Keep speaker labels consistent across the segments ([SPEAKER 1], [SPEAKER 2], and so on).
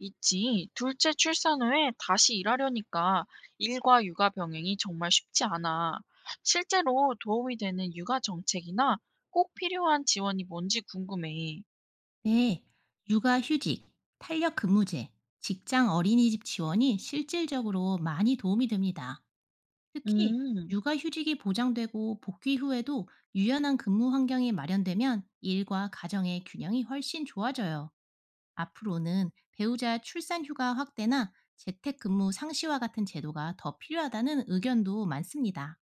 [SPEAKER 1] 있지. 둘째 출산 후에 다시 일하려니까 일과 육아 병행이 정말 쉽지 않아. 실제로 도움이 되는 육아 정책이나 꼭 필요한 지원이 뭔지 궁금해.
[SPEAKER 2] 네, 육아휴직, 탄력근무제, 직장 어린이집 지원이 실질적으로 많이 도움이 됩니다. 특히
[SPEAKER 1] 음,
[SPEAKER 2] 육아휴직이 보장되고 복귀 후에도 유연한 근무 환경이 마련되면 일과 가정의 균형이 훨씬 좋아져요. 앞으로는 배우자 출산휴가 확대나 재택근무 상시와 같은 제도가 더 필요하다는 의견도 많습니다.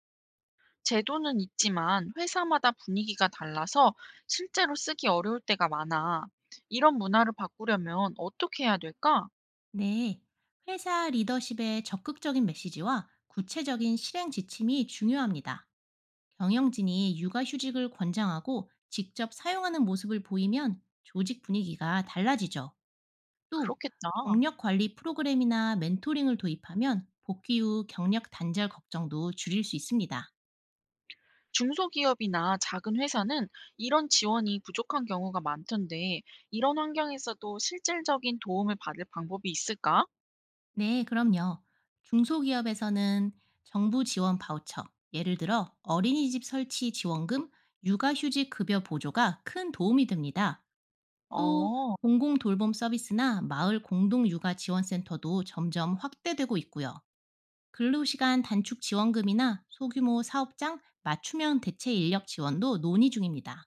[SPEAKER 1] 제도는 있지만 회사마다 분위기가 달라서 실제로 쓰기 어려울 때가 많아. 이런 문화를 바꾸려면 어떻게 해야 될까?
[SPEAKER 2] 네, 회사 리더십의 적극적인 메시지와 구체적인 실행 지침이 중요합니다. 경영진이 육아휴직을 권장하고 직접 사용하는 모습을 보이면 조직 분위기가 달라지죠. 또
[SPEAKER 1] 그렇겠다.
[SPEAKER 2] 경력 관리 프로그램이나 멘토링을 도입하면 복귀 후 경력 단절 걱정도 줄일 수 있습니다.
[SPEAKER 1] 중소기업이나 작은 회사는 이런 지원이 부족한 경우가 많던데, 이런 환경에서도 실질적인 도움을 받을 방법이 있을까?
[SPEAKER 2] 네, 그럼요. 중소기업에서는 정부 지원 바우처, 예를 들어 어린이집 설치 지원금, 육아휴직 급여 보조가 큰 도움이 됩니다. 또
[SPEAKER 1] 어,
[SPEAKER 2] 공공 돌봄 서비스나 마을 공동 육아 지원센터도 점점 확대되고 있고요. 근로시간 단축 지원금이나 소규모 사업장 맞춤형 대체 인력 지원도 논의 중입니다.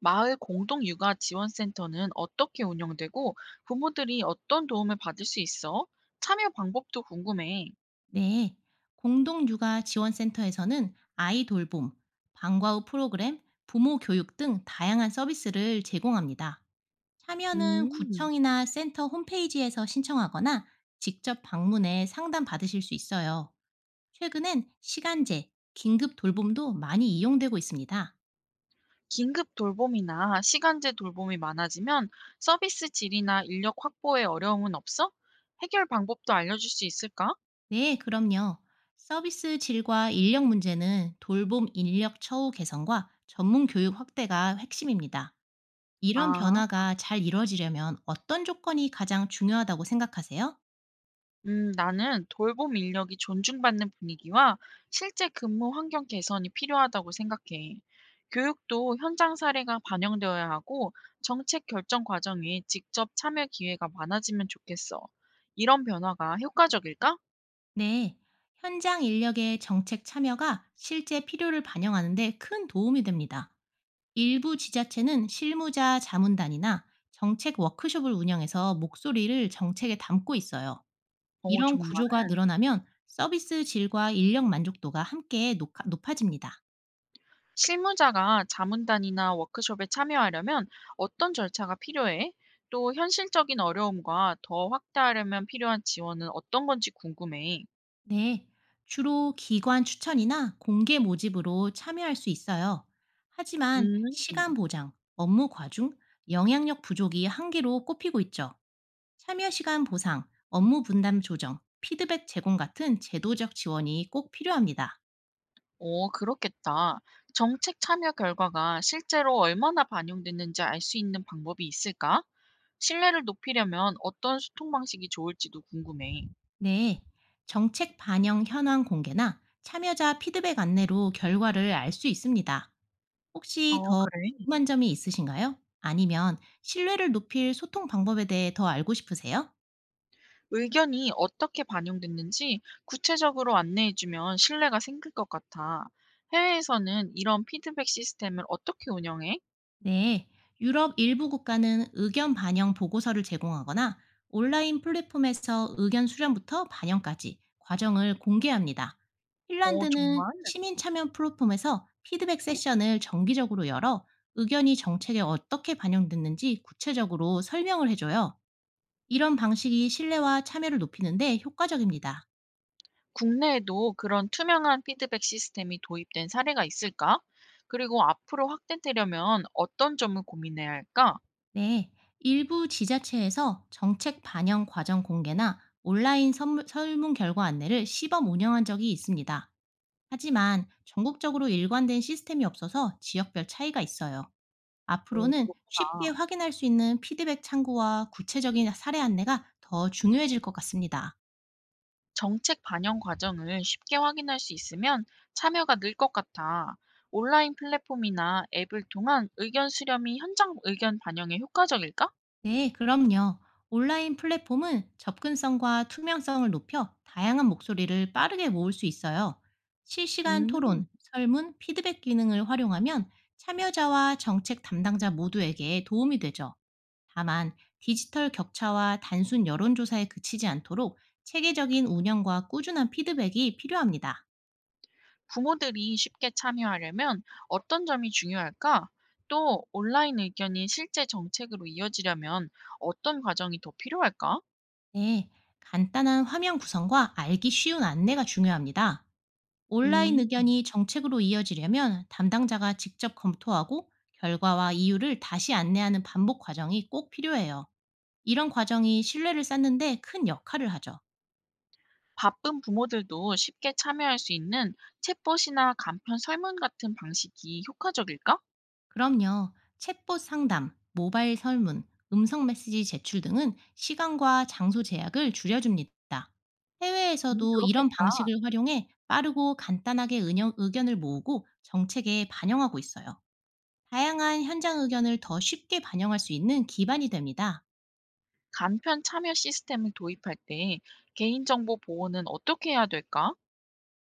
[SPEAKER 1] 마을 공동 육아 지원센터는 어떻게 운영되고, 부모들이 어떤 도움을 받을 수 있어? 참여 방법도 궁금해.
[SPEAKER 2] 네, 공동육아 지원센터에서는 아이 돌봄, 방과 후 프로그램, 부모 교육 등 다양한 서비스를 제공합니다. 참여는
[SPEAKER 1] 음,
[SPEAKER 2] 구청이나 센터 홈페이지에서 신청하거나 직접 방문해 상담 받으실 수 있어요. 최근엔 시간제, 긴급 돌봄도 많이 이용되고 있습니다.
[SPEAKER 1] 긴급 돌봄이나 시간제 돌봄이 많아지면 서비스 질이나 인력 확보에 어려움은 없어? 해결 방법도 알려줄 수 있을까?
[SPEAKER 2] 네, 그럼요. 서비스 질과 인력 문제는 돌봄 인력 처우 개선과 전문 교육 확대가 핵심입니다. 이런
[SPEAKER 1] 아.
[SPEAKER 2] 변화가 잘 이뤄지려면 어떤 조건이 가장 중요하다고 생각하세요?
[SPEAKER 1] 나는 돌봄 인력이 존중받는 분위기와 실제 근무 환경 개선이 필요하다고 생각해. 교육도 현장 사례가 반영되어야 하고 정책 결정 과정에 직접 참여 기회가 많아지면 좋겠어. 이런 변화가 효과적일까?
[SPEAKER 2] 네. 현장 인력의 정책 참여가 실제 필요를 반영하는데 큰 도움이 됩니다. 일부 지자체는 실무자 자문단이나 정책 워크숍을 운영해서 목소리를 정책에 담고 있어요.
[SPEAKER 1] 어,
[SPEAKER 2] 이런
[SPEAKER 1] 정말.
[SPEAKER 2] 구조가 늘어나면 서비스 질과 인력 만족도가 함께 높아집니다.
[SPEAKER 1] 실무자가 자문단이나 워크숍에 참여하려면 어떤 절차가 필요해? 또 현실적인 어려움과 더 확대하려면 필요한 지원은 어떤 건지 궁금해.
[SPEAKER 2] 네, 주로 기관 추천이나 공개 모집으로 참여할 수 있어요. 하지만
[SPEAKER 1] 음.
[SPEAKER 2] 시간 보장, 업무 과중, 영향력 부족이 한계로 꼽히고 있죠. 참여 시간 보상, 업무 분담 조정, 피드백 제공 같은 제도적 지원이 꼭 필요합니다.
[SPEAKER 1] 오, 그렇겠다. 정책 참여 결과가 실제로 얼마나 반영됐는지 알 수 있는 방법이 있을까? 신뢰를 높이려면 어떤 소통 방식이 좋을지도 궁금해.
[SPEAKER 2] 네, 정책 반영 현황 공개나 참여자 피드백 안내로 결과를 알 수 있습니다. 혹시
[SPEAKER 1] 어,
[SPEAKER 2] 더
[SPEAKER 1] 그래.
[SPEAKER 2] 궁금한 점이 있으신가요? 아니면 신뢰를 높일 소통 방법에 대해 더 알고 싶으세요?
[SPEAKER 1] 의견이 어떻게 반영됐는지 구체적으로 안내해주면 신뢰가 생길 것 같아. 해외에서는 이런 피드백 시스템을 어떻게 운영해?
[SPEAKER 2] 네, 유럽 일부 국가는 의견 반영 보고서를 제공하거나 온라인 플랫폼에서 의견 수렴부터 반영까지 과정을 공개합니다.
[SPEAKER 1] 어,
[SPEAKER 2] 핀란드는
[SPEAKER 1] 정말?
[SPEAKER 2] 시민 참여 플랫폼에서 피드백 세션을 정기적으로 열어 의견이 정책에 어떻게 반영됐는지 구체적으로 설명을 해줘요. 이런 방식이 신뢰와 참여를 높이는데 효과적입니다.
[SPEAKER 1] 국내에도 그런 투명한 피드백 시스템이 도입된 사례가 있을까? 그리고 앞으로 확대되려면 어떤 점을 고민해야 할까?
[SPEAKER 2] 네, 일부 지자체에서 정책 반영 과정 공개나 온라인 설문 결과 안내를 시범 운영한 적이 있습니다. 하지만 전국적으로 일관된 시스템이 없어서 지역별 차이가 있어요.
[SPEAKER 1] 오,
[SPEAKER 2] 앞으로는 쉽게
[SPEAKER 1] 그렇구나.
[SPEAKER 2] 확인할 수 있는 피드백 창구와 구체적인 사례 안내가 더 중요해질 것 같습니다.
[SPEAKER 1] 정책 반영 과정을 쉽게 확인할 수 있으면 참여가 늘 것 같아. 온라인 플랫폼이나 앱을 통한 의견 수렴이 현장 의견 반영에 효과적일까?
[SPEAKER 2] 네, 그럼요. 온라인 플랫폼은 접근성과 투명성을 높여 다양한 목소리를 빠르게 모을 수 있어요. 실시간
[SPEAKER 1] 음,
[SPEAKER 2] 토론, 설문, 피드백 기능을 활용하면 참여자와 정책 담당자 모두에게 도움이 되죠. 다만, 디지털 격차와 단순 여론조사에 그치지 않도록 체계적인 운영과 꾸준한 피드백이 필요합니다.
[SPEAKER 1] 부모들이 쉽게 참여하려면 어떤 점이 중요할까? 또 온라인 의견이 실제 정책으로 이어지려면 어떤 과정이 더 필요할까?
[SPEAKER 2] 네, 간단한 화면 구성과 알기 쉬운 안내가 중요합니다. 온라인
[SPEAKER 1] 음,
[SPEAKER 2] 의견이 정책으로 이어지려면 담당자가 직접 검토하고 결과와 이유를 다시 안내하는 반복 과정이 꼭 필요해요. 이런 과정이 신뢰를 쌓는데 큰 역할을 하죠.
[SPEAKER 1] 바쁜 부모들도 쉽게 참여할 수 있는 챗봇이나 간편 설문 같은 방식이 효과적일까?
[SPEAKER 2] 그럼요. 챗봇 상담, 모바일 설문, 음성 메시지 제출 등은 시간과 장소 제약을 줄여줍니다. 해외에서도 이런
[SPEAKER 1] 그렇겠다.
[SPEAKER 2] 방식을 활용해 빠르고 간단하게 의견을 모으고 정책에 반영하고 있어요. 다양한 현장 의견을 더 쉽게 반영할 수 있는 기반이 됩니다.
[SPEAKER 1] 간편 참여 시스템을 도입할 때 개인정보 보호는 어떻게 해야 될까?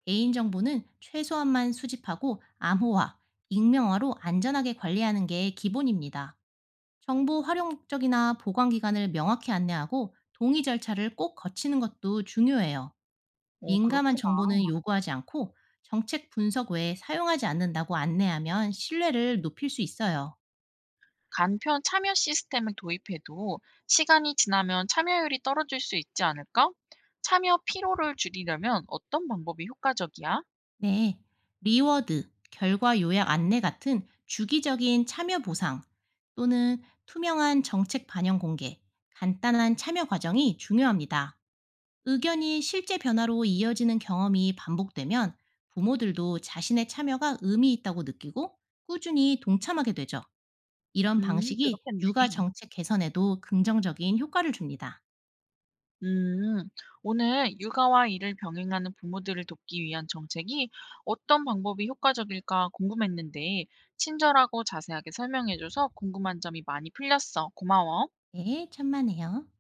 [SPEAKER 2] 개인정보는 최소한만 수집하고 암호화, 익명화로 안전하게 관리하는 게 기본입니다. 정보 활용 목적이나 보관 기간을 명확히 안내하고 동의 절차를 꼭 거치는 것도 중요해요.
[SPEAKER 1] 어,
[SPEAKER 2] 민감한
[SPEAKER 1] 그렇구나.
[SPEAKER 2] 정보는 요구하지 않고 정책 분석 외에 사용하지 않는다고 안내하면 신뢰를 높일 수 있어요.
[SPEAKER 1] 간편 참여 시스템을 도입해도 시간이 지나면 참여율이 떨어질 수 있지 않을까? 참여 피로를 줄이려면 어떤 방법이 효과적이야?
[SPEAKER 2] 네, 리워드, 결과 요약 안내 같은 주기적인 참여 보상 또는 투명한 정책 반영 공개, 간단한 참여 과정이 중요합니다. 의견이 실제 변화로 이어지는 경험이 반복되면 부모들도 자신의 참여가 의미 있다고 느끼고 꾸준히 동참하게 되죠. 이런 방식이
[SPEAKER 1] 그렇겠네.
[SPEAKER 2] 육아 정책 개선에도 긍정적인 효과를 줍니다.
[SPEAKER 1] 음, 오늘 육아와 일을 병행하는 부모들을 돕기 위한 정책이 어떤 방법이 효과적일까 궁금했는데, 친절하고 자세하게 설명해줘서 궁금한 점이 많이 풀렸어. 고마워.
[SPEAKER 2] 네, 천만에요.